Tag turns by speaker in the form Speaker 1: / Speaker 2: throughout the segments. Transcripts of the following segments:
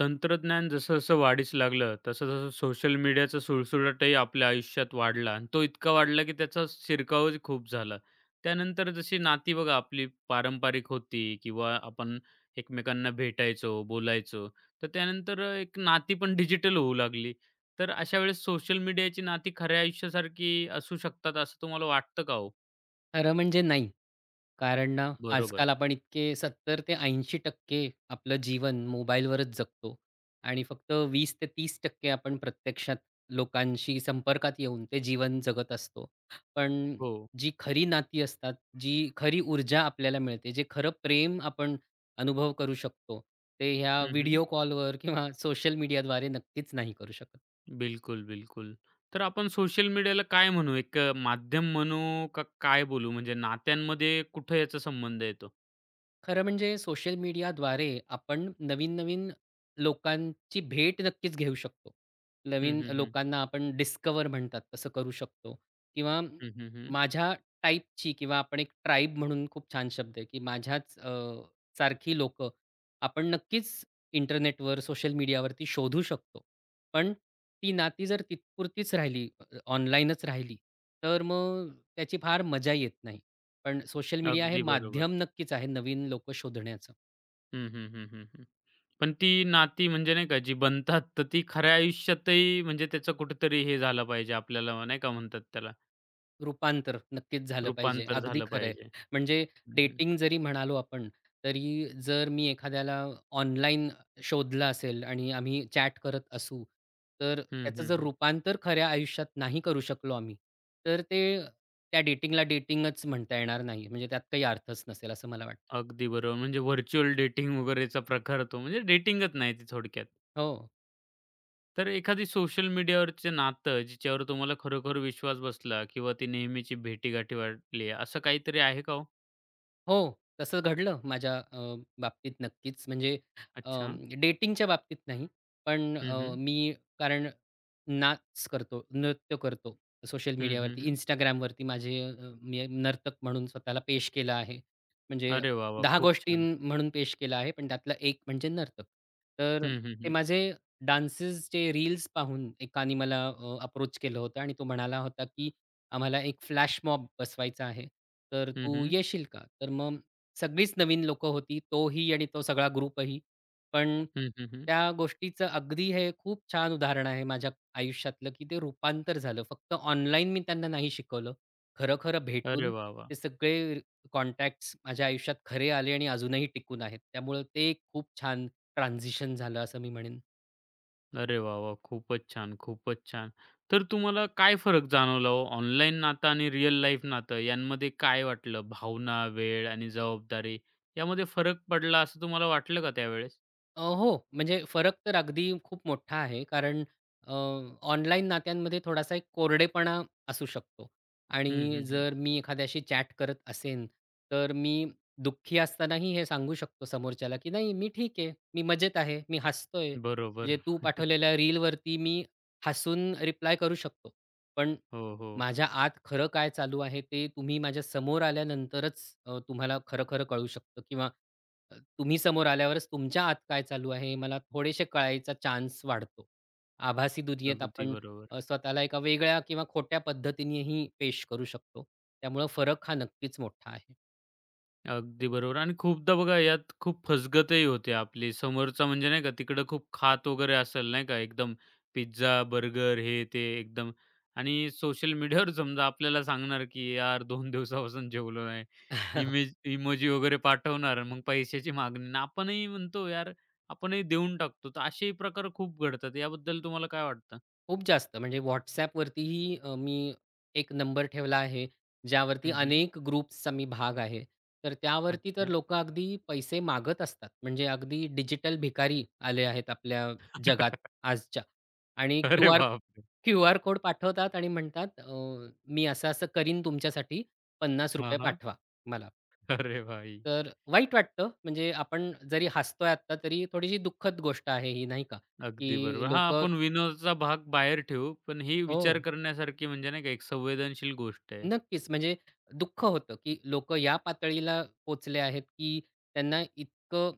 Speaker 1: तंत्रज्ञान जसं-जसं वाढीस लागलं, तसं-तसं सोशल मीडियाचा सुळसुळाटही आपल्या आयुष्यात वाढला आणि तो इतका वाढला, की त्याचा शिरकावही खूप झाला. त्यानंतर जशी नाती बघा आपली पारंपरिक होती किंवा आपण एकमेकांना भेटायचो, बोलायचो. तर त्यानंतर एक नाती पण डिजिटल होऊ लागली. तर अशा वेळेस सोशल मीडियाची नाती खऱ्या आयुष्यासारखी असू शकतात असं तुम्हाला वाटतं का हो?
Speaker 2: खरं म्हणजे नाही. कारण ना,
Speaker 1: बरोबर.
Speaker 2: आजकाल आपण इतके 70 ते 80% आपलं जीवन मोबाईलवरच जगतो आणि फक्त 20 ते 30% आपण प्रत्यक्षात लोकांशी संपर्कात येऊन ते जीवन जगत असतो. पण
Speaker 1: हो.
Speaker 2: जी खरी नाती असतात, जी खरी ऊर्जा आपल्याला मिळते, जे खरं प्रेम आपण अनुभव करू शकतो, ते ह्या
Speaker 1: हं, हं.
Speaker 2: व्हिडिओ कॉलवर किंवा सोशल मीडियाद्वारे नक्कीच नाही करू शकत.
Speaker 1: बिलकुल, बिलकुल. तर आपण सोशल मीडियाला काय म्हणू? एक माध्यम म्हणू का काय बोलू? म्हणजे नात्यांमध्ये कुठे याचा संबंध येतो?
Speaker 2: खरं म्हणजे सोशल मीडियाद्वारे आपण नवीन-नवीन लोकांची भेट नक्कीच घेऊ शकतो.
Speaker 1: हं,
Speaker 2: नवीन
Speaker 1: हं, हं.
Speaker 2: लोकांना आपण डिस्कव्हर म्हणतात तसं करू शकतो किंवा
Speaker 1: हं, हं, हं.
Speaker 2: माझ्या टाइपची किंवा आपण एक ट्राइब म्हणून खूप छान शब्द आहे, की माझ्याच सारखी लोक आपण नक्कीच इंटरनेटवर, सोशल मीडियावरती शोधू शकतो. पण ती नाती जर तिथपुरतीच राहिली, ऑनलाईनच राहिली, तर मग त्याची फार मजा येत नाही. पण सोशल मीडिया हे
Speaker 1: अगदी बरोबर.
Speaker 2: माध्यम नक्कीच आहे नवीन लोकं शोधण्याचं.
Speaker 1: हं, हं, हं, हं, हं. पण ती नाती म्हणजे नाही का जी बनतात, तर ती खऱ्या आयुष्यातही म्हणजे त्याचं कुठेतरी हे झालं पाहिजे आपल्याला नाही का म्हणतात त्याला
Speaker 2: रूपांतर नक्कीच झालं पाहिजे.
Speaker 1: रूपांतर
Speaker 2: अगदी
Speaker 1: झालं
Speaker 2: खरं आहे.
Speaker 1: पाहिजे.
Speaker 2: म्हणजे
Speaker 1: हं, हं.
Speaker 2: डेटिंग जरी म्हणालो आपण, तरी जर मी एखाद्याला ऑनलाईन शोधलं असेल आणि आम्ही चॅट करत असू, तर
Speaker 1: हं,
Speaker 2: त्याचं
Speaker 1: हं,
Speaker 2: जर
Speaker 1: हं.
Speaker 2: रूपांतर खऱ्या आयुष्यात नाही करू शकलो आम्ही, तर ते त्या डेटिंगला डेटिंगच म्हणता येणार नाही. म्हणजे त्यात काही अर्थच नसेल असं मला वाटतं.
Speaker 1: अगदी बरोबर. म्हणजे व्हर्चुअल डेटिंग वगैरेचा प्रकार तो म्हणजे डेटिंगच नाही ती थोडक्यात.
Speaker 2: हो.
Speaker 1: तर एखादी सोशल मीडियावरचं नातं जिच्यावर तुम्हाला खरोखर विश्वास बसला किंवा ती नेहमीची भेटीगाठी वाटली असं काहीतरी आहे का हो?
Speaker 2: हो, तसं घडलं माझ्या बाबतीत नक्कीच. म्हणजे अ,
Speaker 1: अच्छा.
Speaker 2: डेटिंगच्या बाबतीत नाही. पण
Speaker 1: हं, हं.
Speaker 2: मी कारण नाच करतो, नृत्य करतो सोशल
Speaker 1: हं, हं,
Speaker 2: मीडियावरती.
Speaker 1: हं.
Speaker 2: Instagramवरती माझे मी नर्तक म्हणून स्वतःला पेश केलं आहे. म्हणजे
Speaker 1: अरे वाह, वाह!
Speaker 2: 10
Speaker 1: खूप
Speaker 2: गोष्टी
Speaker 1: छान.
Speaker 2: म्हणून पेश केलं आहे, पण त्यातला एक म्हणजे नर्तक. तर
Speaker 1: हं, हं,
Speaker 2: ते
Speaker 1: हं.
Speaker 2: माझे डान्सेसचे रील्स पाहून एकाने मला अप्रोच केलं होतं आणि तो म्हणाला होता की आम्हाला एक फ्लॅश मॉब बसवायचा आहे. तर
Speaker 1: हं,
Speaker 2: तू
Speaker 1: हं.
Speaker 2: येशील का? तर मग सगळीच नवीन लोकं होती. तोही आणि तो सगळा ग्रुपही. पण
Speaker 1: हं, हं, हं.
Speaker 2: त्या गोष्टीचं अगदी हे खूप छान उदाहरण आहे माझ्या आयुष्यातलं, की ते रूपांतर झालं. फक्त ऑनलाईन मी त्यांना नाही शिकवलं. खरं-खरं
Speaker 1: अरे
Speaker 2: भेटून
Speaker 1: वाह, वाह!
Speaker 2: ते सगळे कॉन्टॅक्ट्स माझ्या आयुष्यात खरे आले आणि अजूनही टिकून आहेत. त्यामुळं ते एक खूप छान ट्रान्झिशन झालं असं मी म्हणेन.
Speaker 1: अरे वाह, वाह! खूपच छान, खूपच छान. तर तुम्हाला काय फरक जाणवला हो? ऑनलाईन नातं आणि रिअल लाईफ नातं यांमध्ये काय वाटलं? भावना, वेळ आणि जबाबदारी यामध्ये फरक पडला असं तुम्हाला वाटलं का त्यावेळेस?
Speaker 2: हो, म्हणजे फरक तर अगदी खूप मोठा आहे. कारण अ, ऑनलाईन नात्यांमध्ये थोडासा एक कोरडेपणा असू शकतो
Speaker 1: हं,
Speaker 2: आणि
Speaker 1: हं, हं.
Speaker 2: जर मी एखाद्याशी चॅट करत असेन, तर मी दुःखी असतानाही हे सांगू शकतो समोरच्याला, की "नाही, मी ठीक आहे. मी मजेत आहे. मी हसतोय." म्हणजे
Speaker 1: बरोबर.
Speaker 2: तू पाठवलेल्या रीलवरती मी हसून रिप्लाय करू शकतो. पण
Speaker 1: हो, हो.
Speaker 2: माझ्या आत खरं काय चालू आहे ते तुम्ही माझ्या समोर आल्यानंतरच तुम्हाला खरं-खरं कळू शकतं किंवा तुम्ही समोर आल्यावरच तुमच्या आत काय चालू आहे हे मला थोडेसे कळायचा चान्स वाढतो. आभासी दुनियेत
Speaker 1: अगदी
Speaker 2: आपण
Speaker 1: बरोबर.
Speaker 2: स्वतःला एका वेगळ्या किंवा खोट्या पद्धतीनेही पेश करू शकतो. त्यामुळं फरक हा नक्कीच मोठा आहे.
Speaker 1: अगदी बरोबर आणि खूपदा बघा यात खूप फसगतही होते आपली. समोरचा म्हणजे नाही का तिकडं खूप खात वगैरे असेल नाही का एकदम पिझ्झा, बर्गर हे ते एकदम आणि सोशल मीडियावर समजा आपल्याला सांगणार की "यार 2 दिवसापासून जेवलो नाही." इमेज इमोजी वगैरे पाठवणार. मग पैशाची मागणी आणि आपणही म्हणतो यार आपणही देऊन टाकतो. तर असेही प्रकार खूप घडतात. याबद्दल तुम्हाला काय वाटतं?
Speaker 2: खूप जास्त. म्हणजे WhatsAppवरतीही मी एक नंबर ठेवला आहे, ज्यावरती
Speaker 1: हं,
Speaker 2: अनेक ग्रुप्सचा मी भाग आहे. तर त्यावरती तर
Speaker 1: अच्छा.
Speaker 2: लोकं अगदी पैसे मागत असतात. म्हणजे अगदी डिजिटल भिकारी आले आहेत आपल्या जगात आजच्या आणि क्यू
Speaker 1: अरे
Speaker 2: आर
Speaker 1: बापरे!
Speaker 2: क्यू आर कोड पाठवतात आणि म्हणतात "मी असं-असं करीन तुमच्यासाठी
Speaker 1: हां,
Speaker 2: ₹50
Speaker 1: हां.
Speaker 2: पाठवा मला."
Speaker 1: अरे भाई!
Speaker 2: तर वाईट वाटतं. म्हणजे आपण जरी हसतोय आत्ता, तरी थोडीशी दुःखद गोष्ट आहे ही, नाही का?
Speaker 1: अगदी
Speaker 2: की
Speaker 1: बरोबर. हां,
Speaker 2: लोकं
Speaker 1: आपण विनोदाचा भाग बाहेर ठेवू, पण ही
Speaker 2: हो.
Speaker 1: विचार करण्यासारखी म्हणजे नाही का एक संवेदनशील गोष्ट आहे.
Speaker 2: नक्कीच. म्हणजे दुःख होतं, की लोकं या पातळीला पोचले आहेत, की त्यांना इतकं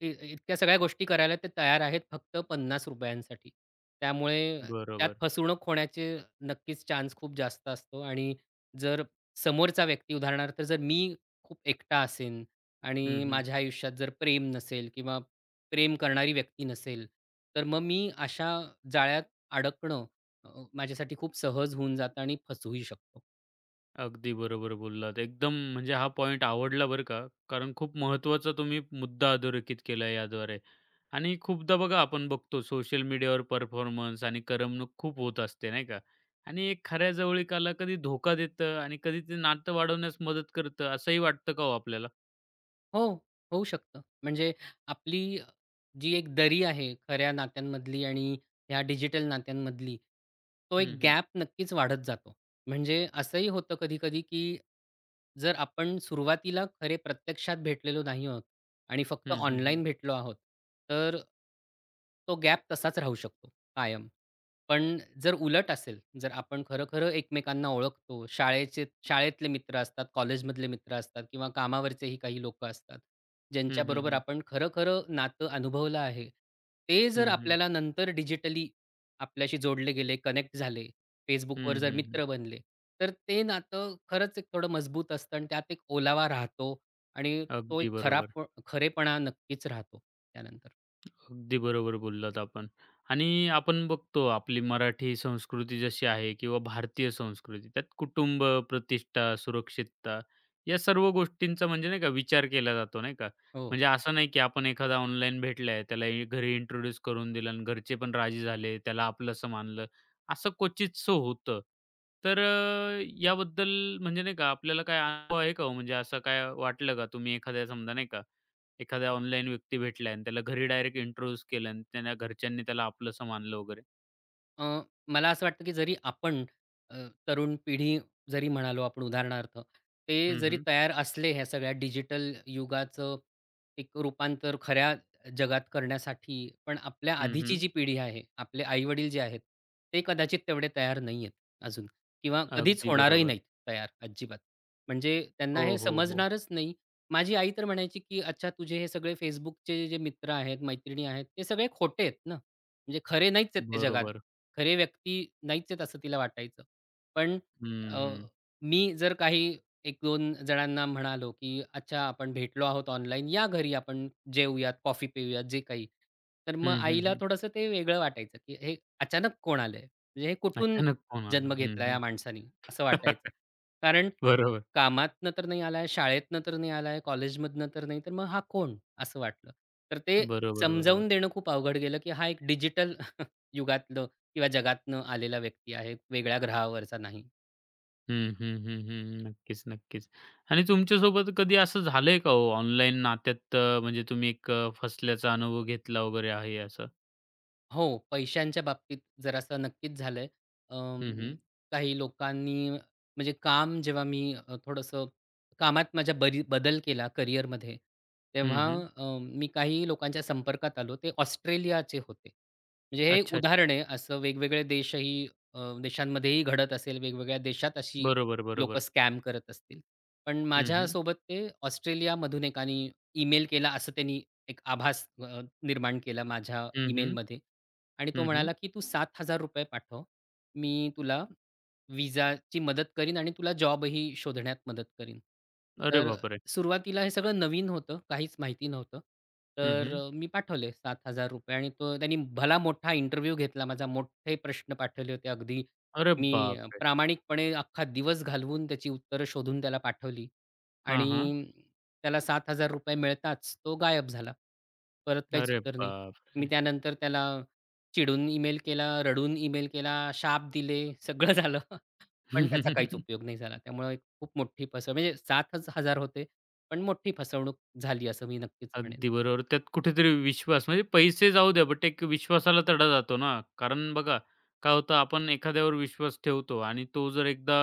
Speaker 2: इतक्या सगळ्या गोष्टी करायला ते तयार आहेत फक्त ₹50 साठी. त्यामुळे त्यात
Speaker 1: बरोबर.
Speaker 2: फसवणूक होण्याचे नक्कीच चान्स खूप जास्त असतो आणि जर समोरचा व्यक्ती उदाहरणार्थ जर मी खूप एकटा असेन
Speaker 1: हं,
Speaker 2: आणि
Speaker 1: हं.
Speaker 2: माझ्या आयुष्यात जर प्रेम नसेल किंवा प्रेम करणारी व्यक्ती नसेल, तर मग मी अशा जाळ्यात अडकणं माझ्यासाठी खूप सहज होऊन जातं आणि फसूही शकतो.
Speaker 1: अगदी बरोबर बोललात. एकदम म्हणजे हा पॉइंट आवडला बरं का, कारण खूप महत्त्वाचा तुम्ही मुद्दा अधोरेखित केला याद्वारे. आणि खूपदा बघा आपण बघतो सोशल मीडियावर परफॉर्मन्स आणि करमणूक खूप होत असते नाही का? आणि एक खऱ्या जवळीकाला कधी धोका देतं आणि कधी ते नातं वाढवण्यास मदत करतं असंही वाटतं का हो आपल्याला?
Speaker 2: हो, होऊ शकतं. म्हणजे आपली जी एक दरी आहे खऱ्या नात्यांमधली आणि ह्या डिजिटल नात्यांमधली, तो एक
Speaker 1: हं, हं.
Speaker 2: गॅप नक्कीच वाढत जातो. म्हणजे असंही होतं कधी-कधी, की जर आपण सुरुवातीला खरे प्रत्यक्षात भेटलेलो नाही आहोत आणि फक्त
Speaker 1: हं, हं, हं.
Speaker 2: ऑनलाईन भेटलो आहोत, तर तो गॅप तसाच राहू शकतो कायम. पण जर उलट असेल, जर आपण खरं-खरं एकमेकांना ओळखतो, शाळेचे शाळेतले मित्र असतात, कॉलेजमधले मित्र असतात किंवा कामावरचेही काही लोकं असतात,
Speaker 1: हं, हं,
Speaker 2: ज्यांच्याबरोबर
Speaker 1: हं.
Speaker 2: आपण खरं-खरं नातं अनुभवलं आहे. ते जर
Speaker 1: हं, हं.
Speaker 2: आपल्याला नंतर डिजिटली आपल्याशी जोडले गेले, कनेक्ट झाले, Facebookवर
Speaker 1: हं,
Speaker 2: जर
Speaker 1: हं,
Speaker 2: मित्र बनले, तर ते नातं खरंच एक थोडं मजबूत असतं आणि त्यात एक ओलावा राहतो आणि तो एक
Speaker 1: अगदी बरोबर.
Speaker 2: खराब खरेपणा नक्कीच राहतो त्यानंतर.
Speaker 1: अगदी बरोबर बोललात आपण. आणि आपण बघतो आपली मराठी संस्कृती जशी आहे किंवा भारतीय संस्कृती त्यात कुटुंब, प्रतिष्ठा, सुरक्षितता या सर्व गोष्टींचा म्हणजे नाही का विचार केला जातो नाही का.
Speaker 2: हो.
Speaker 1: म्हणजे असं नाही की आपण एखादा ऑनलाईन भेटलाय त्याला घरी इंट्रोड्यूस करून दिलं आणि घरचे पण राजी झाले, त्याला आपलंसं मानलं. असं क्वचितचं होतं. तर याबद्दल म्हणजे नाही का आपल्याला काय अनुभव आहे का हो? म्हणजे असं काय वाटलं का तुम्ही एखाद्या समजा नाही का एखादा ऑनलाईन व्यक्ती भेटलाय आणि त्याला घरी डायरेक्ट इंट्रोड्यूस केलं आणि त्याला घरच्यांनी त्याला आपलंसं मानलं वगैरे.
Speaker 2: अ, मला असं वाटतं की जरी आपण अ, तरुण पिढी जरी म्हणालो आपण उदाहरणार्थ, ते
Speaker 1: हं,
Speaker 2: जरी
Speaker 1: हं.
Speaker 2: तयार असले ह्या सगळ्या डिजिटल युगाचं एक रूपांतर खऱ्या जगात करण्यासाठी, पण आपल्या
Speaker 1: हं,
Speaker 2: आधीची
Speaker 1: हं.
Speaker 2: जी पिढी आहे, आपले आई जे आहेत, ते कदाचित तेवढे तयार नाहीयेत अजून किंवा कधीच
Speaker 1: अगदी
Speaker 2: होणारही
Speaker 1: बरोबर.
Speaker 2: नाहीत तयार अजिबात. म्हणजे त्यांना हे
Speaker 1: हो, हो, हो.
Speaker 2: समजणारच नाही. माझी आई तर म्हणायची की "अच्छा तुझे हे सगळे Facebookचे जे मित्र आहेत, मैत्रिणी आहेत, ते सगळे खोटे आहेत ना, म्हणजे खरे नाहीच आहेत ते जगात.
Speaker 1: बरोबर.
Speaker 2: खरे व्यक्ती नाहीच आहेत असं तिला वाटायचं. पण
Speaker 1: हं,
Speaker 2: अ,
Speaker 1: हं.
Speaker 2: मी जर काही 1-2 जणांना म्हणालो, की "अच्छा आपण भेटलो आहोत ऑनलाईन, या घरी आपण जेवूयात, कॉफी पिऊयात," जे काही. तर मग
Speaker 1: हं, हं,
Speaker 2: आईला
Speaker 1: हं.
Speaker 2: थोडंसं ते वेगळं वाटायचं, की हे अचानक कोण आलंय? म्हणजे हे कुठून
Speaker 1: अचानक फोन आला.
Speaker 2: जन्म
Speaker 1: हं,
Speaker 2: घेतला या
Speaker 1: हं.
Speaker 2: माणसाने? असं वाटायचं. कारण
Speaker 1: बरोबर.
Speaker 2: कामातनं तर नाही आलाय, शाळेतनं तर नाही आलाय, कॉलेजमधनं तर नाही, तर मग हा कोण? असं वाटलं. तर ते
Speaker 1: बरोबर, बरोबर.
Speaker 2: समजावून देणं खूप अवघड गेलं, की हा एक डिजिटल युगातलं किंवा जगातनं आलेला व्यक्ती आहे, वेगळ्या ग्रहावरचा नाही.
Speaker 1: हं, हं, हं, हं. नक्कीच, नक्कीच. आणि तुमच्यासोबत कधी असं झालंय का हो ऑनलाईन नात्यात म्हणजे तुम्ही एक फसल्याचा अनुभव घेतला वगैरे आहे असं?
Speaker 2: हो, पैशांच्या बाबतीत जरासं नक्कीच झालंय.
Speaker 1: हं,
Speaker 2: अं,
Speaker 1: हं.
Speaker 2: काही लोकांनी म्हणजे काम जेव्हा मी थोडंसं कामात माझ्या बरी बदल केला करिअरमध्ये,
Speaker 1: हं,
Speaker 2: तेव्हा
Speaker 1: हं.
Speaker 2: मी काही लोकांच्या संपर्कात आलो. ते ऑस्ट्रेलियाचे होते. म्हणजे हे
Speaker 1: अच्छा, अच्छा.
Speaker 2: उदाहरण आहे. असं वेगवेगळे देशही देशांमध्येही घडत असेल, वेगवेगळ्या देशात अशी
Speaker 1: बरोबर,
Speaker 2: लोकं
Speaker 1: बरोबर.
Speaker 2: स्कॅम करत असतील. पण
Speaker 1: हं, हं.
Speaker 2: माझ्यासोबत ते ऑस्ट्रेलियामधून एकानी ईमेल केला असं त्यांनी एक आभास निर्माण केला माझ्या
Speaker 1: हं, हं.
Speaker 2: ईमेलमध्ये. आणि तो
Speaker 1: हं, हं.
Speaker 2: म्हणाला, की "तू ₹7,000 पाठव. मी तुला विजाची मदत करीन आणि तुला जॉबही शोधण्यात मदत करीन."
Speaker 1: अरे
Speaker 2: तर
Speaker 1: बापरे!
Speaker 2: सुरुवातीला हे सगळं नवीन होतं, काहीच माहिती नव्हतं.
Speaker 1: हं,
Speaker 2: तर
Speaker 1: हं.
Speaker 2: मी पाठवले ₹7,000 आणि तो त्यांनी भला मोठा इंटरव्ह्यू घेतला माझा. मोठे प्रश्न पाठवले होते अगदी.
Speaker 1: अरे
Speaker 2: मी
Speaker 1: बापरे!
Speaker 2: प्रामाणिकपणे अख्खा दिवस घालवून त्याची उत्तरं शोधून त्याला पाठवली
Speaker 1: हां,
Speaker 2: आणि
Speaker 1: हां.
Speaker 2: त्याला ₹7,000 मिळताच तो गायब झाला. परत काहीच
Speaker 1: अरे
Speaker 2: उत्तर नाही. मी
Speaker 1: बापरे!
Speaker 2: त्यानंतर त्याला चिडून ईमेल केला, रडून ईमेल केला, शाप दिले, सगळं झालं. पण त्याचा काहीच उपयोग नाही झाला. त्यामुळे एक खूप मोठी फसव म्हणजे 7 हजार होते, पण मोठी फसवणूक झाली असं मी नक्कीच म्हणेन.
Speaker 1: अगदी बरोबर. त्यात कुठेतरी विश्वास म्हणजे पैसे जाऊ द्या, बट एक विश्वासाला तडा जातो ना. कारण बघा, काय होतं आपण एखाद्यावर विश्वास ठेवतो आणि तो जर एकदा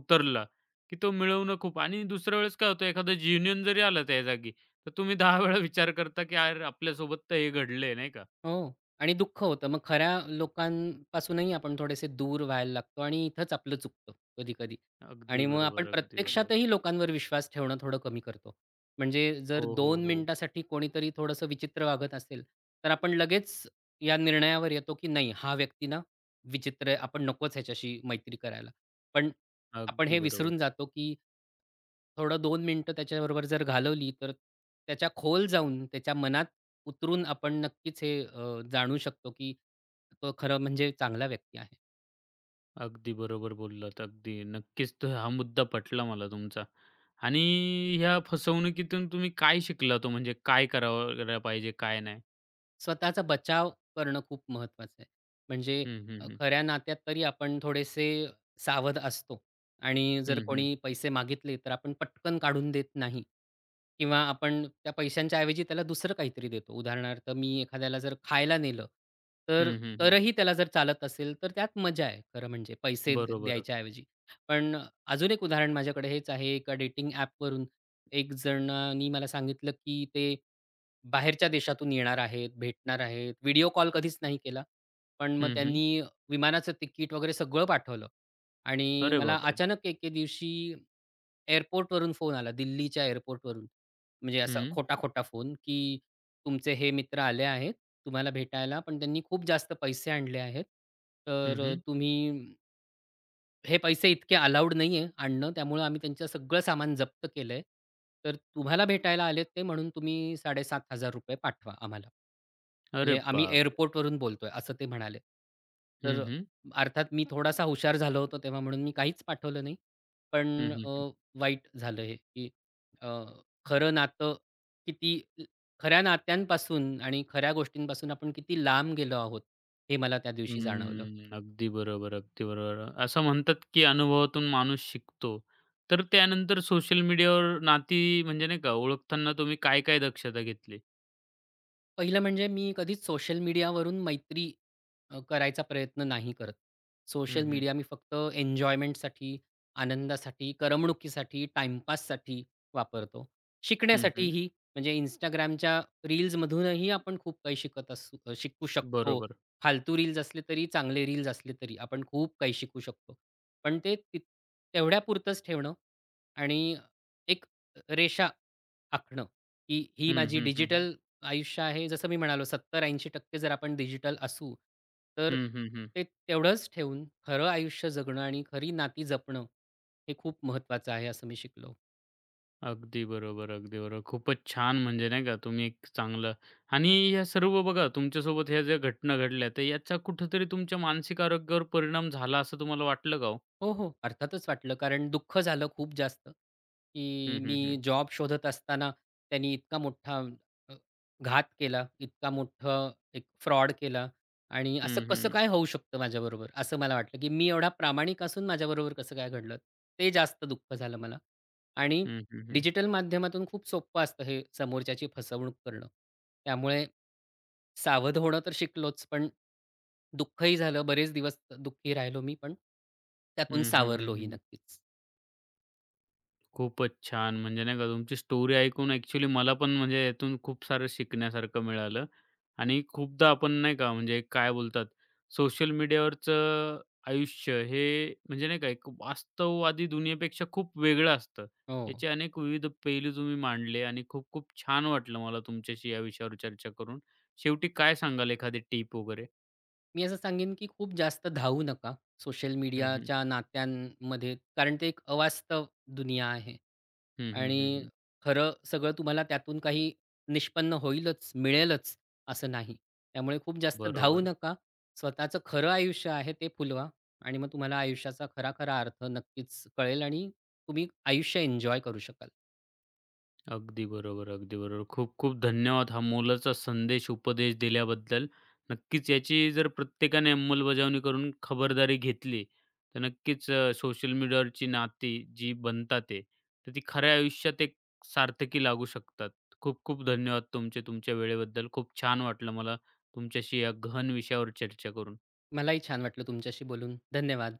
Speaker 1: उतरला, की तो मिळवणं खूप आणि दुसऱ्या वेळेस काय होतं एखादं जीनियन जरी आलं त्या जागी, तर तुम्ही 10 वेळा विचार करता, की यार आपल्यासोबत तर हे घडलंय, नाही का?
Speaker 2: हो. आणि दुःख होतं. मग खऱ्या लोकांपासूनही आपण थोडेसे दूर व्हायला लागतो आणि इथंच आपलं चुकतं कधी-कधी.
Speaker 1: अगदी
Speaker 2: आणि मग आपण
Speaker 1: बरोबर, अगदी बरोबर.
Speaker 2: प्रत्यक्षातही लोकांवर विश्वास ठेवणं थोडं कमी करतो. म्हणजे जर
Speaker 1: हो, हो,
Speaker 2: दोन
Speaker 1: हो.
Speaker 2: मिनिटासाठी कोणीतरी थोडंसं विचित्र वागत असेल, तर आपण लगेच या निर्णयावर येतो, की नाही हा व्यक्ती ना विचित्र आहे. आपण नकोच ह्याच्याशी मैत्री करायला. पण आपण
Speaker 1: अगदी
Speaker 2: हे विसरून
Speaker 1: बरोबर.
Speaker 2: जातो, की थोडं 2 मिनिटं त्याच्याबरोबर जर घालवली, तर त्याच्या खोल जाऊन, त्याच्या मनात उतरून आपण नक्कीच हे जाणू शकतो, की तो खरं म्हणजे चांगला व्यक्ती आहे.
Speaker 1: अगदी बरोबर बोललात. अगदी नक्कीच तर हा मुद्दा पटला मला तुमचा. आणि ह्या फसवणुकीतून तुम्ही काय शिकला तो म्हणजे काय करावं करायला पाहिजे, काय नाही?
Speaker 2: स्वतःचा बचाव करणं खूप महत्त्वाचं आहे. म्हणजे
Speaker 1: हं, हं, हं.
Speaker 2: खऱ्या नात्यात तरी आपण थोडेसे सावध असतो आणि जर
Speaker 1: हं, हं.
Speaker 2: कोणी पैसे मागितले, तर आपण पटकन काढून देत नाही किंवा आपण त्या पैशांच्या ऐवजी त्याला दुसरं काहीतरी देतो. उदाहरणार्थ मी एखाद्याला जर खायला नेलं, तर
Speaker 1: हं, हं, हं.
Speaker 2: तरही त्याला जर चालत असेल, तर त्यात मजा आहे खरं म्हणजे पैसे द
Speaker 1: बरोबर.
Speaker 2: द्यायच्या ऐवजी. पण अजून एक उदाहरण माझ्याकडे हेच आहे. एका डेटिंग ॲपवरून एक जणानी मला सांगितलं, की ते बाहेरच्या देशातून येणार आहेत, भेटणार आहेत. व्हिडिओ कॉल कधीच नाही केला. पण मग
Speaker 1: हं, हं.
Speaker 2: त्यांनी विमानाचं तिकीट वगैरे सगळं पाठवलं आणि
Speaker 1: अरे
Speaker 2: मला
Speaker 1: बापरे!
Speaker 2: अचानक एके दिवशी एअरपोर्टवरून फोन आला, दिल्लीच्या एअरपोर्टवरून. म्हणजे असा
Speaker 1: हं.
Speaker 2: खोटा-खोटा फोन, की "तुमचे हे मित्र आले आहेत तुम्हाला भेटायला, पण त्यांनी खूप जास्त पैसे आणले आहेत.
Speaker 1: हं,
Speaker 2: तर
Speaker 1: हं.
Speaker 2: तुम्ही हे पैसे इतके अलाउड नाहीये आणणं, त्यामुळं आम्ही त्यांचं सगळं सामान जप्त केलंय. तर तुम्हाला भेटायला आलेत ते म्हणून तुम्ही ₹7500 पाठवा आम्हाला.
Speaker 1: अरे
Speaker 2: म्हणजे आम्ही
Speaker 1: बापरे!
Speaker 2: एअरपोर्टवरून बोलतोय असं ते म्हणाले.
Speaker 1: हं,
Speaker 2: तर
Speaker 1: हं.
Speaker 2: अर्थात मी थोडासा हुशार झालो होतो तेव्हा म्हणून मी काहीच पाठवलं नाही.
Speaker 1: हं,
Speaker 2: पण
Speaker 1: हं,
Speaker 2: अ,
Speaker 1: हं.
Speaker 2: वाईट झालं हे, की अ, खरं नातं किती खऱ्या नात्यांपासून आणि खऱ्या गोष्टींपासून आपण किती लांब गेलो आहोत, हे मला त्या दिवशी जाणवलं.
Speaker 1: हम्म. अगदी बरोबर, अगदी बरोबर. असं म्हणतात की अनुभवातून माणूस शिकतो. तर त्यानंतर सोशल मीडियावर नाती म्हणजे नाही का ओळखताना तुम्ही काय-काय दक्षता घेतली?
Speaker 2: पहिलं म्हणजे मी कधीच सोशल मीडियावरून मैत्री करायचा प्रयत्न नाही करत.
Speaker 1: हं,
Speaker 2: सोशल
Speaker 1: हं.
Speaker 2: मीडिया मी फक्त एन्जॉयमेंटसाठी, आनंदासाठी, करमणुकीसाठी, टाईमपाससाठी वापरतो.
Speaker 1: हं, हं.
Speaker 2: शिकण्यासाठीही म्हणजे Instagramच्या रील्समधूनही आपण खूप काही शिकत असू शिकू शकतो.
Speaker 1: बरोबर.
Speaker 2: फालतू रील्स असले तरी, चांगले रील्स असले तरी आपण खूप काही शिकू शकतो. पण ते तेवढ्यापुरतंच ठेवणं आणि एक रेषा आखणं, की ही
Speaker 1: हं,
Speaker 2: माझी
Speaker 1: हं, हं, हं.
Speaker 2: डिजिटल आयुष्य आहे जसं मी म्हणालो 70-80% जर आपण डिजिटल असू, तर
Speaker 1: हं, हं,
Speaker 2: ते तेवढंच ठेवून खरं आयुष्य जगणं आणि खरी नाती जपणं हे खूप महत्त्वाचं आहे असं मी शिकलो.
Speaker 1: अगदी बरोबर, अगदी बरोबर. खूपच छान म्हणजे नाही का तुम्ही एक चांगलं आणि या सर्व बघा तुमच्यासोबत ह्या ज्या घटना घडल्या तर याचा कुठेतरी तुमच्या मानसिक आरोग्यावर परिणाम झाला असं तुम्हाला वाटलं का हो?
Speaker 2: हो, हो. अर्थातच वाटलं. कारण दुःख झालं खूप जास्त, की
Speaker 1: हं,
Speaker 2: मी
Speaker 1: हं, हं.
Speaker 2: जॉब शोधत असताना त्यांनी इतका मोठा अ, घात केला, इतका मोठं एक फ्रॉड केला आणि असं
Speaker 1: हं,
Speaker 2: कसं
Speaker 1: हं.
Speaker 2: काय होऊ शकतं माझ्याबरोबर? असं मला वाटलं, की मी एवढा प्रामाणिक असून माझ्याबरोबर कसं काय घडलं? ते जास्त दुःख झालं मला आणि
Speaker 1: हं, हं, हं.
Speaker 2: डिजिटल माध्यमातून खूप सोपं असतं हे समोरच्याची फसवणूक करणं. त्यामुळे सावध होणं तर शिकलोच, पण दुःखही झालं. बरेच दिवस दुःखी राहिलो मी, पण त्यातून
Speaker 1: हं, हं,
Speaker 2: सावरलोही
Speaker 1: हं,
Speaker 2: नक्कीच.
Speaker 1: खूपच छान. म्हणजे नाही का तुमची स्टोरी ऐकून ॲक्चुअली मला पण म्हणजे यातून खूप सारं शिकण्यासारखं मिळालं. आणि खूपदा आपण नाही का म्हणजे काय बोलतात सोशल मीडियावरचं आयुष्य हे म्हणजे नाही का एक वास्तववादी दुनियेपेक्षा खूप वेगळं असतं.
Speaker 2: हो.
Speaker 1: याचे अनेक विविध पैलू तुम्ही मांडले आणि खूप-खूप छान वाटलं मला तुमच्याशी या विषयावर चर्चा करून. शेवटी काय सांगाल एखादी टिप वगैरे?
Speaker 2: मी असं सांगेन, की खूप जास्त धावू नका सोशल
Speaker 1: हं, हं.
Speaker 2: मीडियाच्या नात्यांमध्ये. कारण ते एक अवास्तव दुनिया आहे
Speaker 1: हं, हं, हं,
Speaker 2: आणि
Speaker 1: हं.
Speaker 2: खरं सगळं तुम्हाला त्यातून काही निष्पन्न होईलच, मिळेलच असं नाही. त्यामुळे खूप जास्त धावू
Speaker 1: बरोबर.
Speaker 2: नका. स्वतःचं खरं आयुष्य आहे ते फुलवा आणि मग तुम्हाला आयुष्याचा खरा-खरा अर्थ नक्कीच कळेल आणि तुम्ही आयुष्य एन्जॉय करू शकाल.
Speaker 1: अगदी बरोबर, अगदी बरोबर. खूप-खूप धन्यवाद हा मोलाचा संदेश, उपदेश दिल्याबद्दल. नक्कीच याची जर प्रत्येकाने अंमलबजावणी करून खबरदारी घेतली, तर नक्कीच सोशल मीडियावरची नाती जी बनतात ते, तर ती खऱ्या आयुष्यात एक सार्थकी लागू शकतात. खूप-खूप धन्यवाद तुमचे, तुमच्या वेळेबद्दल. खूप छान वाटलं मला तुमच्याशी या गहन विषयावर चर्चा करून.
Speaker 2: मलाही छान वाटलं तुमच्याशी बोलून. धन्यवाद.